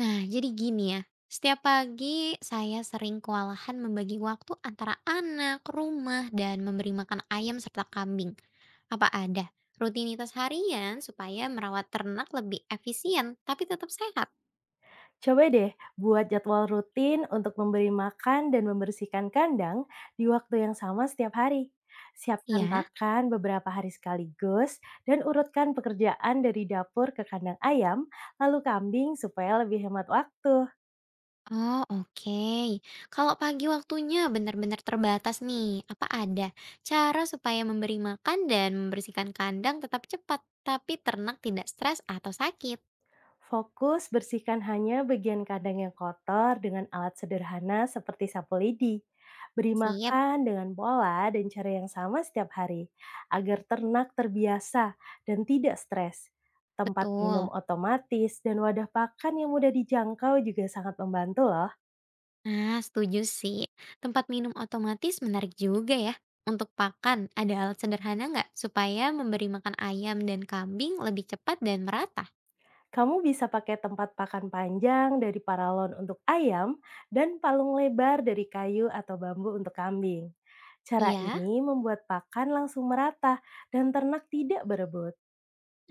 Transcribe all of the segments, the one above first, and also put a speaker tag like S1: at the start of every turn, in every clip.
S1: Nah, jadi gini ya. Setiap pagi saya sering kewalahan membagi waktu antara anak, rumah, dan memberi makan ayam serta kambing. Apa ada rutinitas harian supaya merawat ternak lebih efisien tapi tetap sehat?
S2: Coba deh buat jadwal rutin untuk memberi makan dan membersihkan kandang di waktu yang sama setiap hari. Siapkan
S1: Ya.
S2: pakan beberapa hari sekaligus dan urutkan pekerjaan dari dapur ke kandang ayam, lalu kambing supaya lebih hemat waktu.
S1: Oh, oke. Kalau pagi waktunya benar-benar terbatas nih, apa ada cara supaya memberi makan dan membersihkan kandang tetap cepat tapi ternak tidak stres atau sakit?
S2: Fokus bersihkan hanya bagian kandang yang kotor dengan alat sederhana seperti sapu lidi. Beri
S1: Siap,
S2: makan dengan pola dan cara yang sama setiap hari agar ternak terbiasa dan tidak stres. Tempat
S1: betul.
S2: minum otomatis dan wadah pakan yang mudah dijangkau juga sangat membantu loh.
S1: Nah, setuju sih. Tempat minum otomatis menarik juga ya. Untuk pakan, ada alat sederhana nggak supaya memberi makan ayam dan kambing lebih cepat dan merata?
S2: Kamu bisa pakai tempat pakan panjang dari paralon untuk ayam dan palung lebar dari kayu atau bambu untuk kambing. Cara
S1: Iya.
S2: ini membuat pakan langsung merata dan ternak tidak berebut.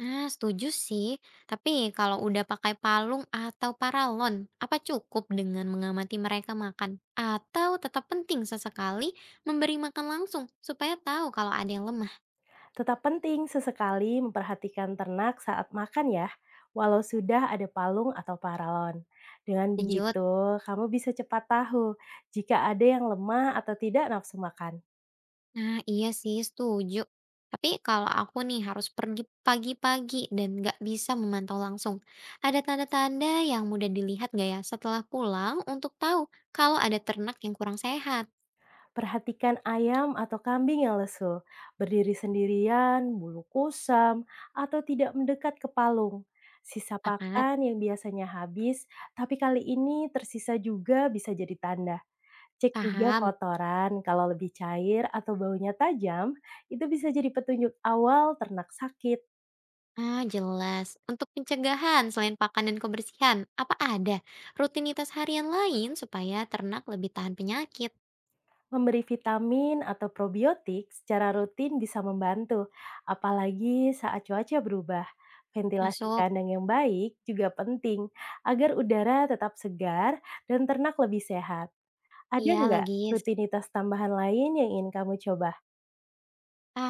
S1: Nah, setuju sih. Tapi kalau udah pakai palung atau paralon, apa cukup dengan mengamati mereka makan? Atau tetap penting sesekali memberi makan langsung supaya tahu kalau ada yang lemah?
S2: Tetap penting sesekali memperhatikan ternak saat makan ya, walau sudah ada palung atau paralon. Dengan
S1: Lanjut.
S2: begitu, kamu bisa cepat tahu jika ada yang lemah atau tidak nafsu makan.
S1: Nah, iya sih, setuju. Tapi kalau aku nih harus pergi pagi-pagi dan nggak bisa memantau langsung, ada tanda-tanda yang mudah dilihat nggak ya setelah pulang untuk tahu kalau ada ternak yang kurang sehat?
S2: Perhatikan ayam atau kambing yang lesu, berdiri sendirian, bulu kusam, atau tidak mendekat ke palung. Sisa
S1: Pakat,
S2: pakan yang biasanya habis, tapi kali ini tersisa juga bisa jadi tanda. Cek juga
S1: paham.
S2: kotoran, kalau lebih cair atau baunya tajam, itu bisa jadi petunjuk awal ternak sakit.
S1: Ah, jelas. Untuk pencegahan selain pakan dan kebersihan, apa ada rutinitas harian lain supaya ternak lebih tahan penyakit?
S2: Memberi vitamin atau probiotik secara rutin bisa membantu, apalagi saat cuaca berubah. Ventilasi
S1: Masuk.
S2: kandang yang baik juga penting agar udara tetap segar dan ternak lebih sehat. Ada
S1: Iya,
S2: nggak
S1: logis.
S2: rutinitas tambahan lain yang ingin kamu coba?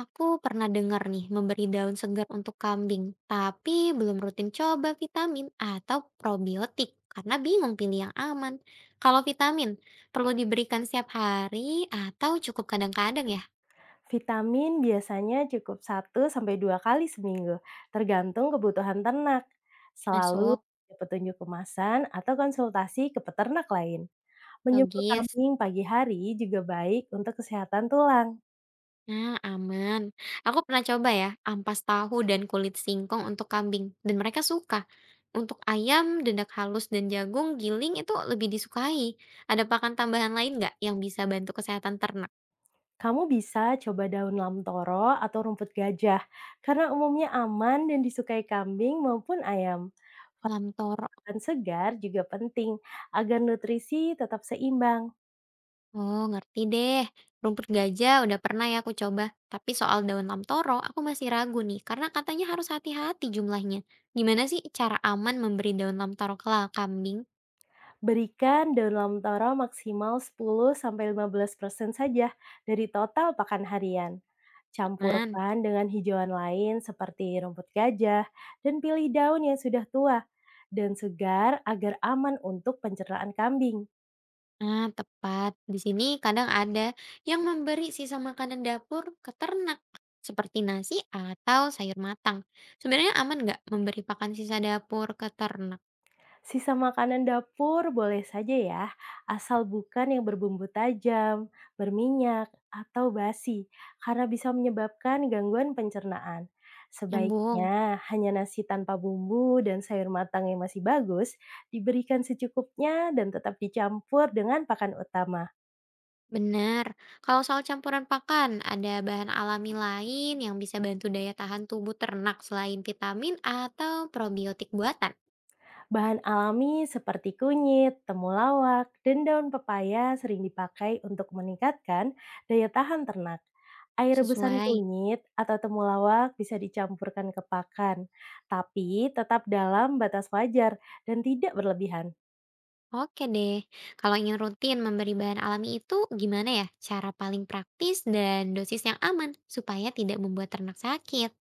S1: Aku pernah dengar nih memberi daun segar untuk kambing, tapi belum rutin coba vitamin atau probiotik karena bingung pilih yang aman. Kalau vitamin, perlu diberikan setiap hari atau cukup kadang-kadang ya?
S2: Vitamin biasanya cukup satu sampai dua kali seminggu, tergantung kebutuhan ternak. Selalu
S1: Masuk,
S2: ada petunjuk kemasan atau konsultasi ke peternak lain. Menyembur
S1: logis.
S2: kambing pagi hari juga baik untuk kesehatan tulang.
S1: Nah, aman. Aku pernah coba ya, ampas tahu dan kulit singkong untuk kambing, dan mereka suka. Untuk ayam, dendak halus dan jagung giling itu lebih disukai. Ada pakan tambahan lain nggak yang bisa bantu kesehatan ternak?
S2: Kamu bisa coba daun lam toro atau rumput gajah, karena umumnya aman dan disukai kambing maupun ayam.
S1: Ngantor.
S2: Makan segar juga penting agar nutrisi tetap seimbang.
S1: Oh, ngerti deh. Rumput gajah udah pernah ya aku coba. Tapi soal daun lamtoro, aku masih ragu nih, karena katanya harus hati-hati jumlahnya. Gimana sih cara aman memberi daun lamtoro ke kambing?
S2: Berikan dalam taruh maksimal 10–15% saja dari total pakan harian.
S1: Aman.
S2: Campurkan dengan hijauan lain seperti rumput gajah dan pilih daun yang sudah tua dan segar agar aman untuk pencernaan kambing.
S1: Ah, tepat. Di sini kadang ada yang memberi sisa makanan dapur ke ternak, seperti nasi atau sayur matang. Sebenarnya aman nggak memberi pakan sisa dapur ke ternak?
S2: Sisa makanan dapur boleh saja ya, asal bukan yang berbumbu tajam, berminyak, atau basi, karena bisa menyebabkan gangguan pencernaan.
S1: Nyambung.
S2: Sebaiknya hanya nasi tanpa bumbu dan sayur matang yang masih bagus diberikan secukupnya dan tetap dicampur dengan pakan utama.
S1: Benar. Kalau soal campuran pakan, ada bahan alami lain yang bisa bantu daya tahan tubuh ternak selain vitamin atau probiotik buatan.
S2: Bahan alami seperti kunyit, temulawak, dan daun pepaya sering dipakai untuk meningkatkan daya tahan ternak. Air rebusan
S1: Sesuai.
S2: kunyit atau temulawak bisa dicampurkan ke pakan, tapi tetap dalam batas wajar dan tidak berlebihan.
S1: Oke deh. Kalau ingin rutin memberi bahan alami itu, gimana ya cara paling praktis dan dosis yang aman supaya tidak membuat ternak sakit?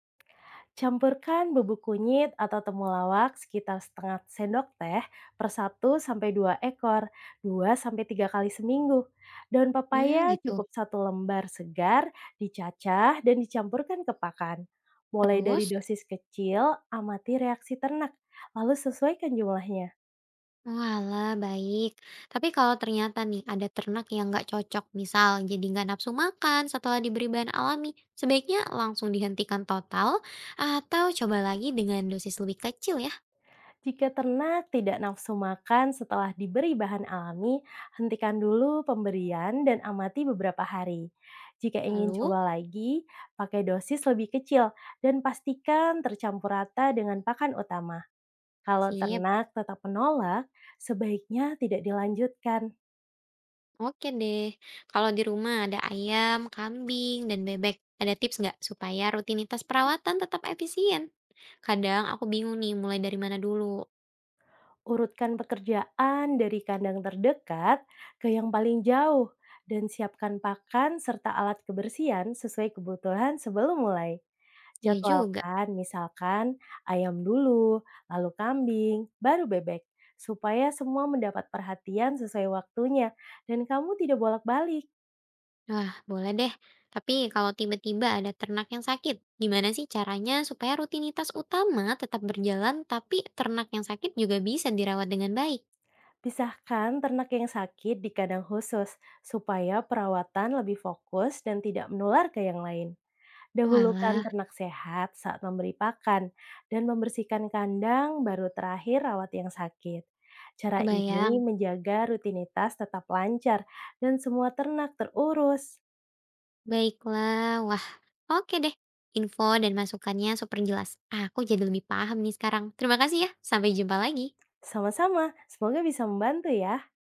S2: Campurkan bubuk kunyit atau temulawak sekitar setengah sendok teh per satu sampai 2 ekor, 2 sampai 3 kali seminggu. Daun
S1: Hmm,
S2: papaya
S1: gitu.
S2: cukup satu lembar segar, dicacah dan dicampurkan ke pakan. Mulai dari
S1: Terus?
S2: dosis kecil, amati reaksi ternak, lalu sesuaikan jumlahnya.
S1: Walah, baik. Tapi kalau ternyata nih ada ternak yang nggak cocok, misal jadi nggak nafsu makan setelah diberi bahan alami, sebaiknya langsung dihentikan total atau coba lagi dengan dosis lebih kecil ya.
S2: Jika ternak tidak nafsu makan setelah diberi bahan alami, hentikan dulu pemberian dan amati beberapa hari. Jika ingin
S1: Lalu,
S2: coba lagi, pakai dosis lebih kecil dan pastikan tercampur rata dengan pakan utama. Kalau
S1: sip.
S2: ternak tetap menolak, sebaiknya tidak dilanjutkan.
S1: Oke deh. Kalau di rumah ada ayam, kambing, dan bebek, ada tips nggak supaya rutinitas perawatan tetap efisien? Kadang aku bingung nih mulai dari mana dulu.
S2: Urutkan pekerjaan dari kandang terdekat ke yang paling jauh dan siapkan pakan serta alat kebersihan sesuai kebutuhan sebelum mulai.
S1: Iya juga.
S2: Jadwalkan misalkan ayam dulu, lalu kambing, baru bebek supaya semua mendapat perhatian sesuai waktunya dan kamu tidak bolak-balik.
S1: Wah, boleh deh. Tapi kalau tiba-tiba ada ternak yang sakit, gimana sih caranya supaya rutinitas utama tetap berjalan, tapi ternak yang sakit juga bisa dirawat dengan baik?
S2: Pisahkan ternak yang sakit di kandang khusus supaya perawatan lebih fokus dan tidak menular ke yang lain. Dahulukan
S1: Walah,
S2: ternak sehat saat memberi pakan dan membersihkan kandang baru terakhir rawat yang sakit. Cara
S1: kebayang.
S2: ini menjaga rutinitas tetap lancar dan semua ternak terurus.
S1: Baiklah, wah. Oke deh. Info dan masukannya super jelas. Aku jadi lebih paham nih sekarang. Terima kasih ya. Sampai jumpa lagi.
S2: Sama-sama, semoga bisa membantu ya.